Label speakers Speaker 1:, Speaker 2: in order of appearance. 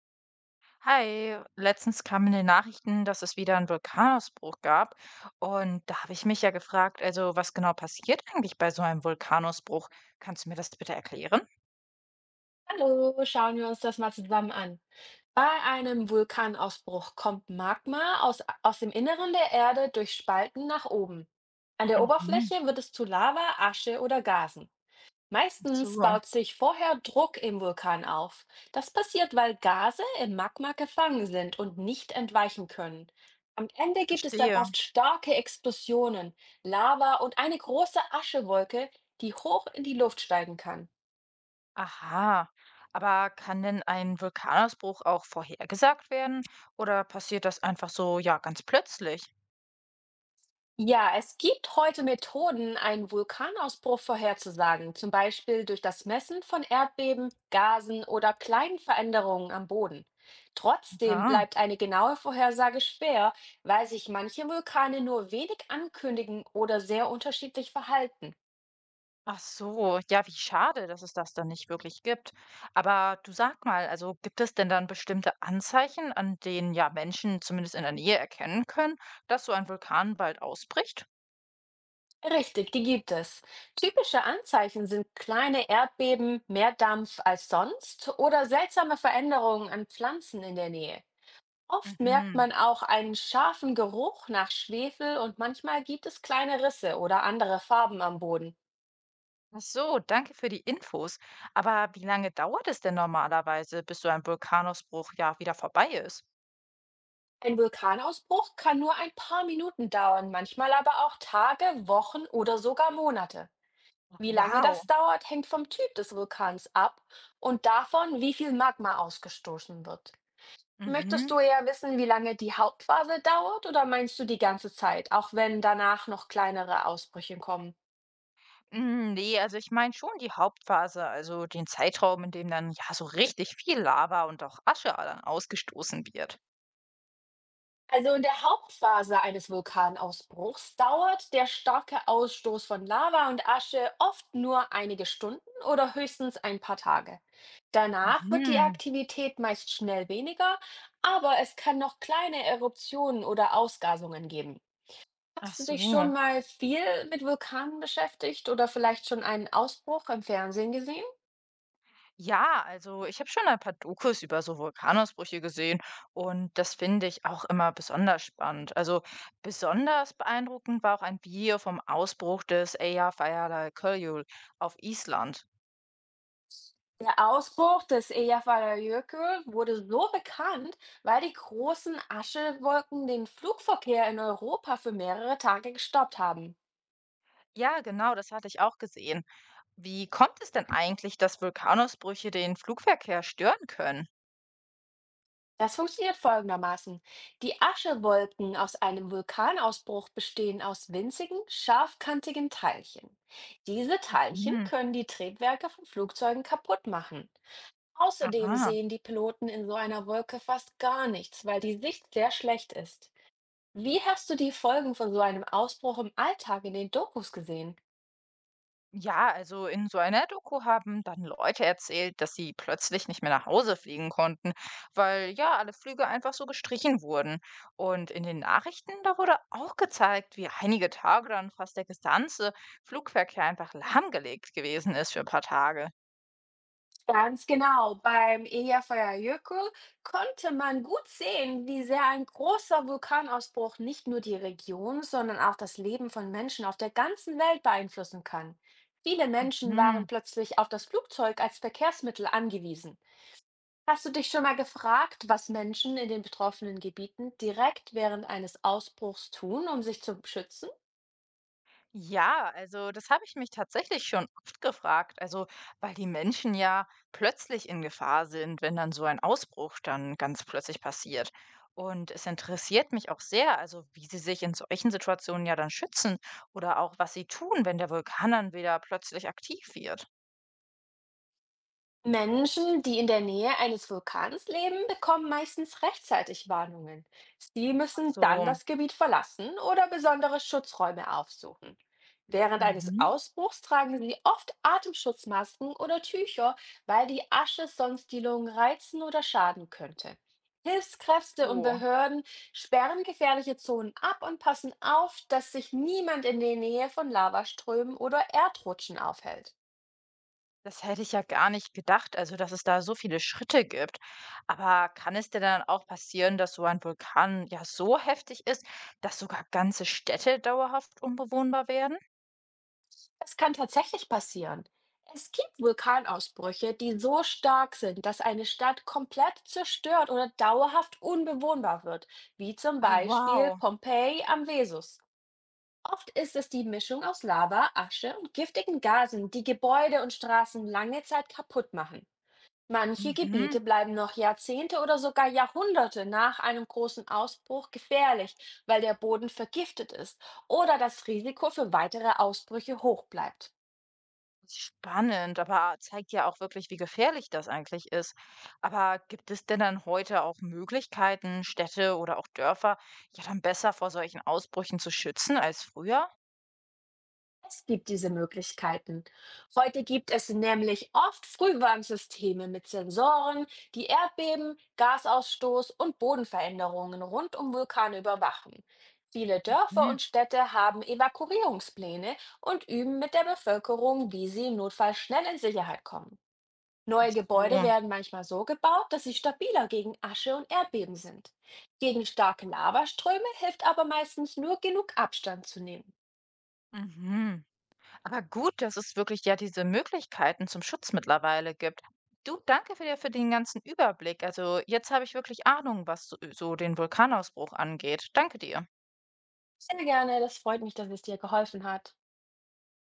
Speaker 1: Hi, letztens kam in den Nachrichten, dass es wieder einen Vulkanausbruch gab. Und da habe ich mich ja gefragt, also was genau passiert eigentlich bei so einem Vulkanausbruch? Kannst du mir das bitte erklären?
Speaker 2: Hallo, schauen wir uns das mal zusammen an. Bei einem Vulkanausbruch kommt Magma aus dem Inneren der Erde durch Spalten nach oben. An der
Speaker 1: Mhm.
Speaker 2: Oberfläche wird es zu Lava, Asche oder Gasen.
Speaker 1: Ach
Speaker 2: Meistens
Speaker 1: so,
Speaker 2: baut sich vorher Druck im Vulkan auf. Das passiert, weil Gase im Magma gefangen sind und nicht entweichen können. Am Ende gibt es dann
Speaker 1: verstehe.
Speaker 2: oft starke Explosionen, Lava und eine große Aschewolke, die hoch in die Luft steigen kann.
Speaker 1: Aha. Aber kann denn ein Vulkanausbruch auch vorhergesagt werden? Oder passiert das einfach so, ja, ganz plötzlich?
Speaker 2: Ja, es gibt heute Methoden, einen Vulkanausbruch vorherzusagen, zum Beispiel durch das Messen von Erdbeben, Gasen oder kleinen Veränderungen am Boden. Trotzdem
Speaker 1: Aha.
Speaker 2: bleibt eine genaue Vorhersage schwer, weil sich manche Vulkane nur wenig ankündigen oder sehr unterschiedlich verhalten.
Speaker 1: Ach so, ja, wie schade, dass es das dann nicht wirklich gibt. Aber du sag mal, also gibt es denn dann bestimmte Anzeichen, an denen ja Menschen zumindest in der Nähe erkennen können, dass so ein Vulkan bald ausbricht?
Speaker 2: Richtig, die gibt es. Typische Anzeichen sind kleine Erdbeben, mehr Dampf als sonst oder seltsame Veränderungen an Pflanzen in der Nähe. Oft merkt
Speaker 1: Mhm.
Speaker 2: man auch einen scharfen Geruch nach Schwefel und manchmal gibt es kleine Risse oder andere Farben am Boden.
Speaker 1: Ach so, danke für die Infos. Aber wie lange dauert es denn normalerweise, bis so ein Vulkanausbruch ja wieder vorbei ist?
Speaker 2: Ein Vulkanausbruch kann nur ein paar Minuten dauern, manchmal aber auch Tage, Wochen oder sogar Monate.
Speaker 1: Ach,
Speaker 2: Wie lange
Speaker 1: wow.
Speaker 2: das dauert, hängt vom Typ des Vulkans ab und davon, wie viel Magma ausgestoßen wird. Möchtest
Speaker 1: Mhm.
Speaker 2: du eher wissen, wie lange die Hauptphase dauert oder meinst du die ganze Zeit, auch wenn danach noch kleinere Ausbrüche kommen?
Speaker 1: Mm, nee, also ich meine schon die Hauptphase, also den Zeitraum, in dem dann ja so richtig viel Lava und auch Asche dann ausgestoßen wird.
Speaker 2: Also in der Hauptphase eines Vulkanausbruchs dauert der starke Ausstoß von Lava und Asche oft nur einige Stunden oder höchstens ein paar Tage. Danach wird die
Speaker 1: Hm,
Speaker 2: Aktivität meist schnell weniger, aber es kann noch kleine Eruptionen oder Ausgasungen geben.
Speaker 1: ach
Speaker 2: Hast du dich schon
Speaker 1: so.
Speaker 2: mal viel mit Vulkanen beschäftigt oder vielleicht schon einen Ausbruch im Fernsehen gesehen?
Speaker 1: Ja, also ich habe schon ein paar Dokus über so Vulkanausbrüche gesehen und das finde ich auch immer besonders spannend. Also besonders beeindruckend war auch ein Video vom Ausbruch des Eyjafjallajökull auf Island.
Speaker 2: Der Ausbruch des Eyjafjallajökull wurde so bekannt, weil die großen Aschewolken den Flugverkehr in Europa für mehrere Tage gestoppt haben.
Speaker 1: Ja, genau, das hatte ich auch gesehen. Wie kommt es denn eigentlich, dass Vulkanausbrüche den Flugverkehr stören können?
Speaker 2: Das funktioniert folgendermaßen. Die Aschewolken aus einem Vulkanausbruch bestehen aus winzigen, scharfkantigen Teilchen. Diese Teilchen
Speaker 1: Hm,
Speaker 2: können die Triebwerke von Flugzeugen kaputt machen. Außerdem
Speaker 1: aha.
Speaker 2: sehen die Piloten in so einer Wolke fast gar nichts, weil die Sicht sehr schlecht ist. Wie hast du die Folgen von so einem Ausbruch im Alltag in den Dokus gesehen?
Speaker 1: Ja, also in so einer Doku haben dann Leute erzählt, dass sie plötzlich nicht mehr nach Hause fliegen konnten, weil ja alle Flüge einfach so gestrichen wurden. Und in den Nachrichten, da wurde auch gezeigt, wie einige Tage dann fast der gesamte Flugverkehr einfach lahmgelegt gewesen ist für ein paar Tage.
Speaker 2: Ganz genau. Beim Eyjafjallajökull konnte man gut sehen, wie sehr ein großer Vulkanausbruch nicht nur die Region, sondern auch das Leben von Menschen auf der ganzen Welt beeinflussen kann. Viele Menschen
Speaker 1: Hm.
Speaker 2: waren plötzlich auf das Flugzeug als Verkehrsmittel angewiesen. Hast du dich schon mal gefragt, was Menschen in den betroffenen Gebieten direkt während eines Ausbruchs tun, um sich zu schützen?
Speaker 1: Ja, also das habe ich mich tatsächlich schon oft gefragt. Also, weil die Menschen ja plötzlich in Gefahr sind, wenn dann so ein Ausbruch dann ganz plötzlich passiert. Und es interessiert mich auch sehr, also wie sie sich in solchen Situationen ja dann schützen oder auch was sie tun, wenn der Vulkan dann wieder plötzlich aktiv wird.
Speaker 2: Menschen, die in der Nähe eines Vulkans leben, bekommen meistens rechtzeitig Warnungen. Sie
Speaker 1: Ach
Speaker 2: müssen dann
Speaker 1: so,
Speaker 2: das Gebiet verlassen oder besondere Schutzräume aufsuchen. Während eines
Speaker 1: mhm.
Speaker 2: Ausbruchs tragen sie oft Atemschutzmasken oder Tücher, weil die Asche sonst die Lungen reizen oder schaden könnte. Hilfskräfte und
Speaker 1: So.
Speaker 2: Behörden sperren gefährliche Zonen ab und passen auf, dass sich niemand in der Nähe von Lavaströmen oder Erdrutschen aufhält.
Speaker 1: Das hätte ich ja gar nicht gedacht, also dass es da so viele Schritte gibt. Aber kann es denn dann auch passieren, dass so ein Vulkan ja so heftig ist, dass sogar ganze Städte dauerhaft unbewohnbar werden?
Speaker 2: Das kann tatsächlich passieren. Es gibt Vulkanausbrüche, die so stark sind, dass eine Stadt komplett zerstört oder dauerhaft unbewohnbar wird, wie zum
Speaker 1: Ah,
Speaker 2: Beispiel
Speaker 1: wow.
Speaker 2: Pompeji am Vesus. Oft ist es die Mischung aus Lava, Asche und giftigen Gasen, die Gebäude und Straßen lange Zeit kaputt machen. Manche
Speaker 1: Mhm.
Speaker 2: Gebiete bleiben noch Jahrzehnte oder sogar Jahrhunderte nach einem großen Ausbruch gefährlich, weil der Boden vergiftet ist oder das Risiko für weitere Ausbrüche hoch bleibt.
Speaker 1: Spannend, aber zeigt ja auch wirklich, wie gefährlich das eigentlich ist. Aber gibt es denn dann heute auch Möglichkeiten, Städte oder auch Dörfer ja dann besser vor solchen Ausbrüchen zu schützen als früher?
Speaker 2: Es gibt diese Möglichkeiten. Heute gibt es nämlich oft Frühwarnsysteme mit Sensoren, die Erdbeben, Gasausstoß und Bodenveränderungen rund um Vulkane überwachen. Viele Dörfer
Speaker 1: Hm.
Speaker 2: und Städte haben Evakuierungspläne und üben mit der Bevölkerung, wie sie im Notfall schnell in Sicherheit kommen.
Speaker 1: Ach
Speaker 2: Neue Gebäude
Speaker 1: so.
Speaker 2: werden manchmal so gebaut, dass sie stabiler gegen Asche und Erdbeben sind. Gegen starke Lavaströme hilft aber meistens nur genug Abstand zu nehmen.
Speaker 1: Mhm. Aber gut, dass es wirklich ja diese Möglichkeiten zum Schutz mittlerweile gibt. Du, danke für dir für den ganzen Überblick. Also jetzt habe ich wirklich Ahnung, was so den Vulkanausbruch angeht. Danke dir.
Speaker 2: Sehr gerne, das freut mich, dass es dir geholfen hat.